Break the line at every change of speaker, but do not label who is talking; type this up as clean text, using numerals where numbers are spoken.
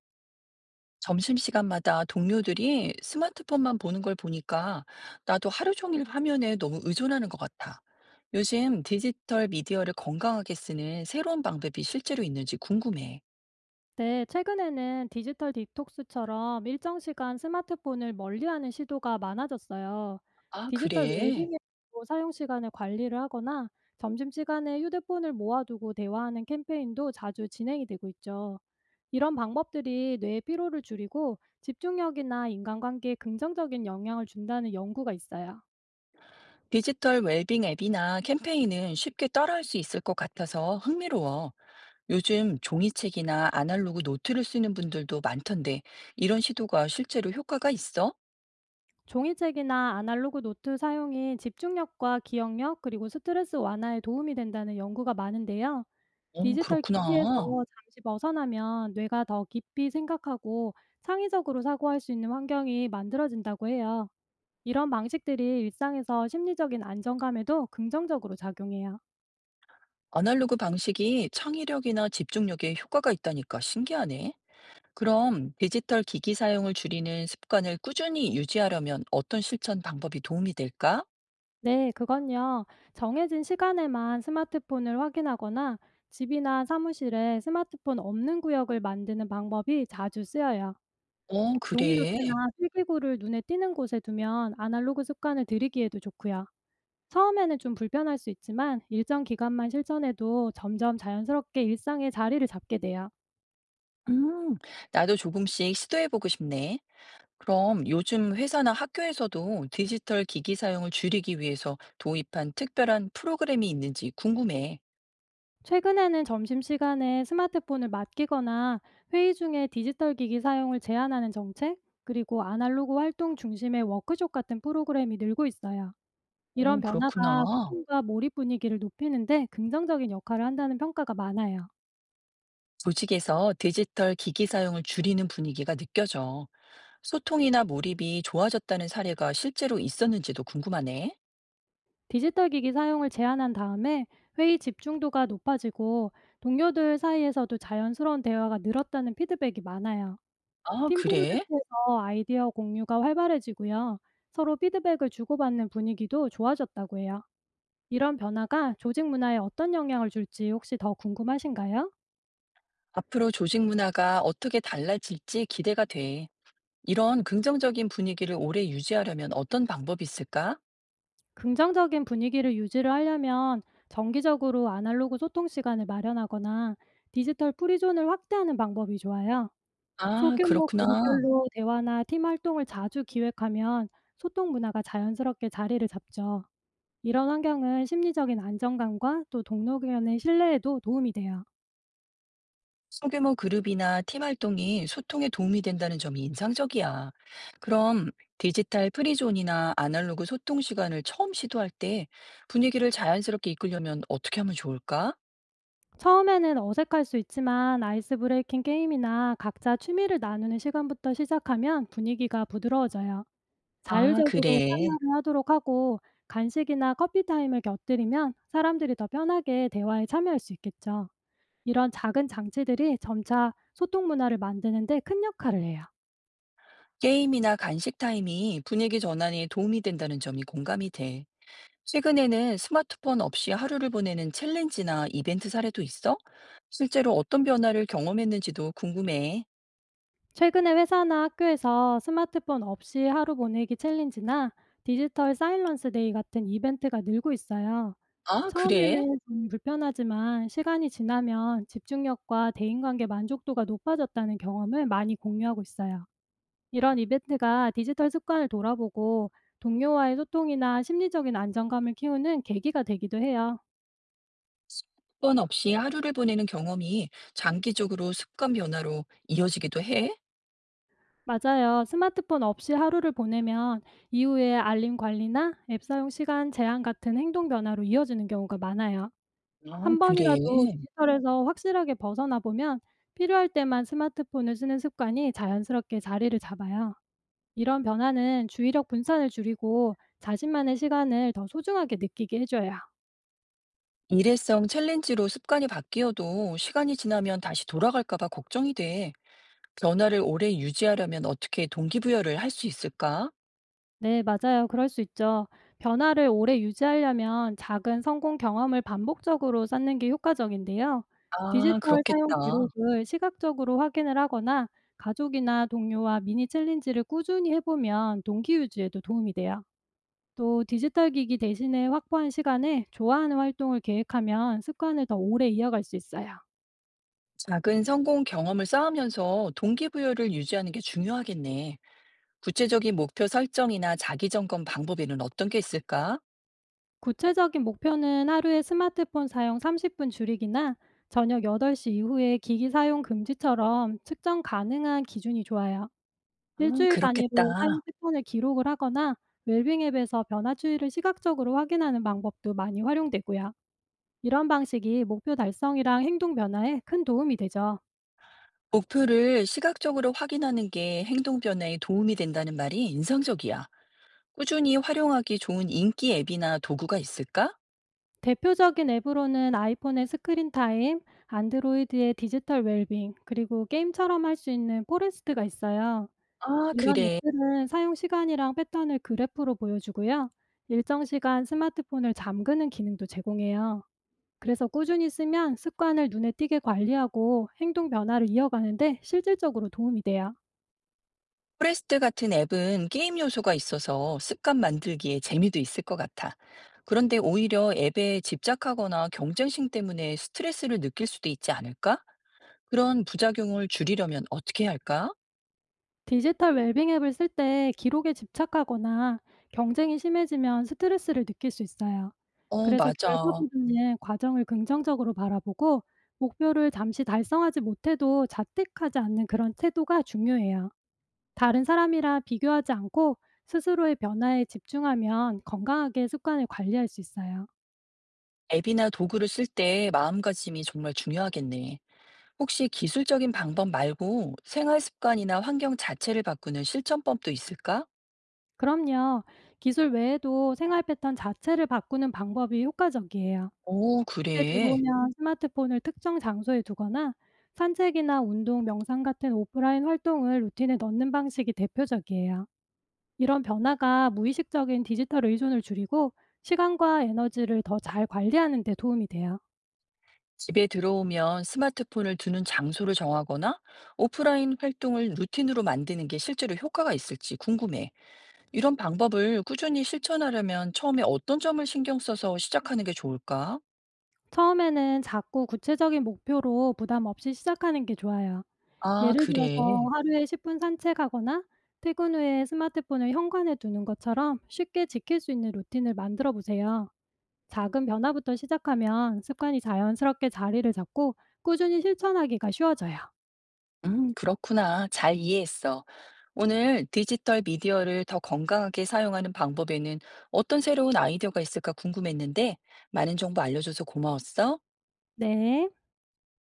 점심시간마다 동료들이 스마트폰만 보는 걸 보니까 나도 하루 종일 화면에 너무 의존하는 것 같아. 요즘 디지털 미디어를 건강하게 쓰는 새로운 방법이 실제로 있는지 궁금해.
네, 최근에는 디지털 디톡스처럼 일정 시간 스마트폰을 멀리하는 시도가 많아졌어요.
아,
디지털 웰
그래.
빙으로 사용 시간을 관리를 하거나 점심시간에 휴대폰을 모아두고 대화하는 캠페인도 자주 진행이 되고 있죠. 이런 방법들이 뇌의 피로를 줄이고 집중력이나 인간관계에 긍정적인 영향을 준다는 연구가 있어요.
디지털 웰빙 앱이나 캠페인은 쉽게 따라할 수 있을 것 같아서 흥미로워. 요즘 종이책이나 아날로그 노트를 쓰는 분들도 많던데 이런 시도가 실제로 효과가 있어?
종이책이나 아날로그 노트 사용이 집중력과 기억력 그리고 스트레스 완화에 도움이 된다는 연구가 많은데요.
어,
디지털 기기에서
그렇구나.
잠시 벗어나면 뇌가 더 깊이 생각하고 창의적으로 사고할 수 있는 환경이 만들어진다고 해요. 이런 방식들이 일상에서 심리적인 안정감에도 긍정적으로 작용해요.
아날로그 방식이 창의력이나 집중력에 효과가 있다니까 신기하네. 그럼 디지털 기기 사용을 줄이는 습관을 꾸준히 유지하려면 어떤 실천 방법이 도움이 될까?
네, 그건요. 정해진 시간에만 스마트폰을 확인하거나 집이나 사무실에 스마트폰 없는 구역을 만드는 방법이 자주 쓰여요.
어,
종이
그래.
노트나 필기구를 눈에 띄는 곳에 두면 아날로그 습관을 들이기에도 좋고요. 처음에는 좀 불편할 수 있지만 일정 기간만 실천해도 점점 자연스럽게 일상에 자리를 잡게 돼요.
음, 나도 조금씩 시도해보고 싶네. 그럼 요즘 회사나 학교에서도 디지털 기기 사용을 줄이기 위해서 도입한 특별한 프로그램이 있는지 궁금해.
최근에는 점심시간에 스마트폰을 맡기거나 회의 중에 디지털 기기 사용을 제한하는 정책, 그리고 아날로그 활동 중심의 워크숍 같은 프로그램이 늘고 있어요.
어,
이런
그렇구나.
변화가 소통과 몰입 분위기를 높이는데 긍정적인 역할을 한다는 평가가 많아요.
조직에서 디지털 기기 사용을 줄이는 분위기가 느껴져. 소통이나 몰입이 좋아졌다는 사례가 실제로 있었는지도 궁금하네.
디지털 기기 사용을 제한한 다음에 회의 집중도가 높아지고 동료들 사이에서도 자연스러운 대화가 늘었다는 피드백이 많아요.
아,
팀
그래?
프로젝트에서 아이디어 공유가 활발해지고요. 서로 피드백을 주고받는 분위기도 좋아졌다고 해요. 이런 변화가 조직 문화에 어떤 영향을 줄지 혹시 더 궁금하신가요?
앞으로 조직 문화가 어떻게 달라질지 기대가 돼. 이런 긍정적인 분위기를 오래 유지하려면 어떤 방법이 있을까?
긍정적인 분위기를 유지를 하려면 정기적으로 아날로그 소통 시간을 마련하거나 디지털 프리존을 확대하는 방법이 좋아요.
아,
소규모
그렇구나.
그룹별로 대화나 팀 활동을 자주 기획하면 소통 문화가 자연스럽게 자리를 잡죠. 이런 환경은 심리적인 안정감과 또 동료 간의 신뢰에도 도움이 돼요.
소규모 그룹이나 팀 활동이 소통에 도움이 된다는 점이 인상적이야. 그럼 디지털 프리존이나 아날로그 소통 시간을 처음 시도할 때 분위기를 자연스럽게 이끌려면 어떻게 하면 좋을까?
처음에는 어색할 수 있지만 아이스 브레이킹 게임이나 각자 취미를 나누는 시간부터 시작하면 분위기가 부드러워져요.
아,
자율적으로
그래.
참여를 하도록 하고 간식이나 커피 타임을 곁들이면 사람들이 더 편하게 대화에 참여할 수 있겠죠. 이런 작은 장치들이 점차 소통 문화를 만드는 데 큰 역할을 해요.
게임이나 간식 타임이 분위기 전환에 도움이 된다는 점이 공감이 돼. 최근에는 스마트폰 없이 하루를 보내는 챌린지나 이벤트 사례도 있어? 실제로 어떤 변화를 경험했는지도 궁금해.
최근에 회사나 학교에서 스마트폰 없이 하루 보내기 챌린지나 디지털 사일런스 데이 같은 이벤트가 늘고 있어요.
아, 그래?
처음에는 좀 불편하지만 시간이 지나면 집중력과 대인관계 만족도가 높아졌다는 경험을 많이 공유하고 있어요. 이런 이벤트가 디지털 습관을 돌아보고 동료와의 소통이나 심리적인 안정감을 키우는 계기가 되기도 해요.
폰 없이 하루를 보내는 경험이 장기적으로 습관 변화로 이어지기도 해?
맞아요. 스마트폰 없이 하루를 보내면 이후에 알림 관리나 앱 사용 시간 제한 같은 행동 변화로 이어지는 경우가 많아요.
아,
한
그래.
번이라도 디지털에서 확실하게 벗어나 보면 필요할 때만 스마트폰을 쓰는 습관이 자연스럽게 자리를 잡아요. 이런 변화는 주의력 분산을 줄이고 자신만의 시간을 더 소중하게 느끼게 해줘요.
일회성 챌린지로 습관이 바뀌어도 시간이 지나면 다시 돌아갈까 봐 걱정이 돼. 변화를 오래 유지하려면 어떻게 동기부여를 할 수 있을까?
네, 맞아요. 그럴 수 있죠. 변화를 오래 유지하려면 작은 성공 경험을 반복적으로 쌓는 게 효과적인데요.
아
디지털 사용
그렇겠다.
기록을 시각적으로 확인을 하거나 가족이나 동료와 미니 챌린지를 꾸준히 해보면 동기 유지에도 도움이 돼요. 또 디지털 기기 대신에 확보한 시간에 좋아하는 활동을 계획하면 습관을 더 오래 이어갈 수 있어요.
작은 성공 경험을 쌓으면서 동기부여를 유지하는 게 중요하겠네. 구체적인 목표 설정이나 자기 점검 방법에는 어떤 게 있을까?
구체적인 목표는 하루에 스마트폰 사용 30분 줄이기나 저녁 8시 이후에 기기 사용 금지처럼 측정 가능한 기준이 좋아요. 일주일 단위로 사용
그렇겠다.
패턴을 기록을 하거나 웰빙 앱에서 변화 추이를 시각적으로 확인하는 방법도 많이 활용되고요. 이런 방식이 목표 달성이랑 행동 변화에 큰 도움이 되죠.
목표를 시각적으로 확인하는 게 행동 변화에 도움이 된다는 말이 인상적이야. 꾸준히 활용하기 좋은 인기 앱이나 도구가 있을까?
대표적인 앱으로는 아이폰의 스크린 타임, 안드로이드의 디지털 웰빙, 그리고 게임처럼 할 수 있는 포레스트가 있어요.
아
이런
그래.
앱들은 사용 시간이랑 패턴을 그래프로 보여주고요. 일정 시간 스마트폰을 잠그는 기능도 제공해요. 그래서 꾸준히 쓰면 습관을 눈에 띄게 관리하고 행동 변화를 이어가는데 실질적으로 도움이 돼요.
포레스트 같은 앱은 게임 요소가 있어서 습관 만들기에 재미도 있을 것 같아. 그런데 오히려 앱에 집착하거나 경쟁심 때문에 스트레스를 느낄 수도 있지 않을까? 그런 부작용을 줄이려면 어떻게 할까?
디지털 웰빙 앱을 쓸 때 기록에 집착하거나 경쟁이 심해지면 스트레스를 느낄 수 있어요.
어,
그래서
맞아.
결과보다는 과정을 긍정적으로 바라보고 목표를 잠시 달성하지 못해도 자책하지 않는 그런 태도가 중요해요. 다른 사람이랑 비교하지 않고 스스로의 변화에 집중하면 건강하게 습관을 관리할 수 있어요.
앱이나 도구를 쓸 때 마음가짐이 정말 중요하겠네. 혹시 기술적인 방법 말고 생활 습관이나 환경 자체를 바꾸는 실천법도 있을까?
그럼요. 기술 외에도 생활 패턴 자체를 바꾸는 방법이 효과적이에요.
오,
집에
그래.
들어오면 스마트폰을 특정 장소에 두거나 산책이나 운동, 명상 같은 오프라인 활동을 루틴에 넣는 방식이 대표적이에요. 이런 변화가 무의식적인 디지털 의존을 줄이고 시간과 에너지를 더 잘 관리하는 데 도움이 돼요.
집에 들어오면 스마트폰을 두는 장소를 정하거나 오프라인 활동을 루틴으로 만드는 게 실제로 효과가 있을지 궁금해. 이런 방법을 꾸준히 실천하려면 처음에 어떤 점을 신경 써서 시작하는 게 좋을까?
처음에는 작고 구체적인 목표로 부담 없이 시작하는 게 좋아요.
아,
예를 들어서
그래.
하루에 10분 산책하거나 퇴근 후에 스마트폰을 현관에 두는 것처럼 쉽게 지킬 수 있는 루틴을 만들어 보세요. 작은 변화부터 시작하면 습관이 자연스럽게 자리를 잡고 꾸준히 실천하기가 쉬워져요.
그렇구나. 잘 이해했어. 오늘 디지털 미디어를 더 건강하게 사용하는 방법에는 어떤 새로운 아이디어가 있을까 궁금했는데 많은 정보 알려줘서 고마웠어.
네.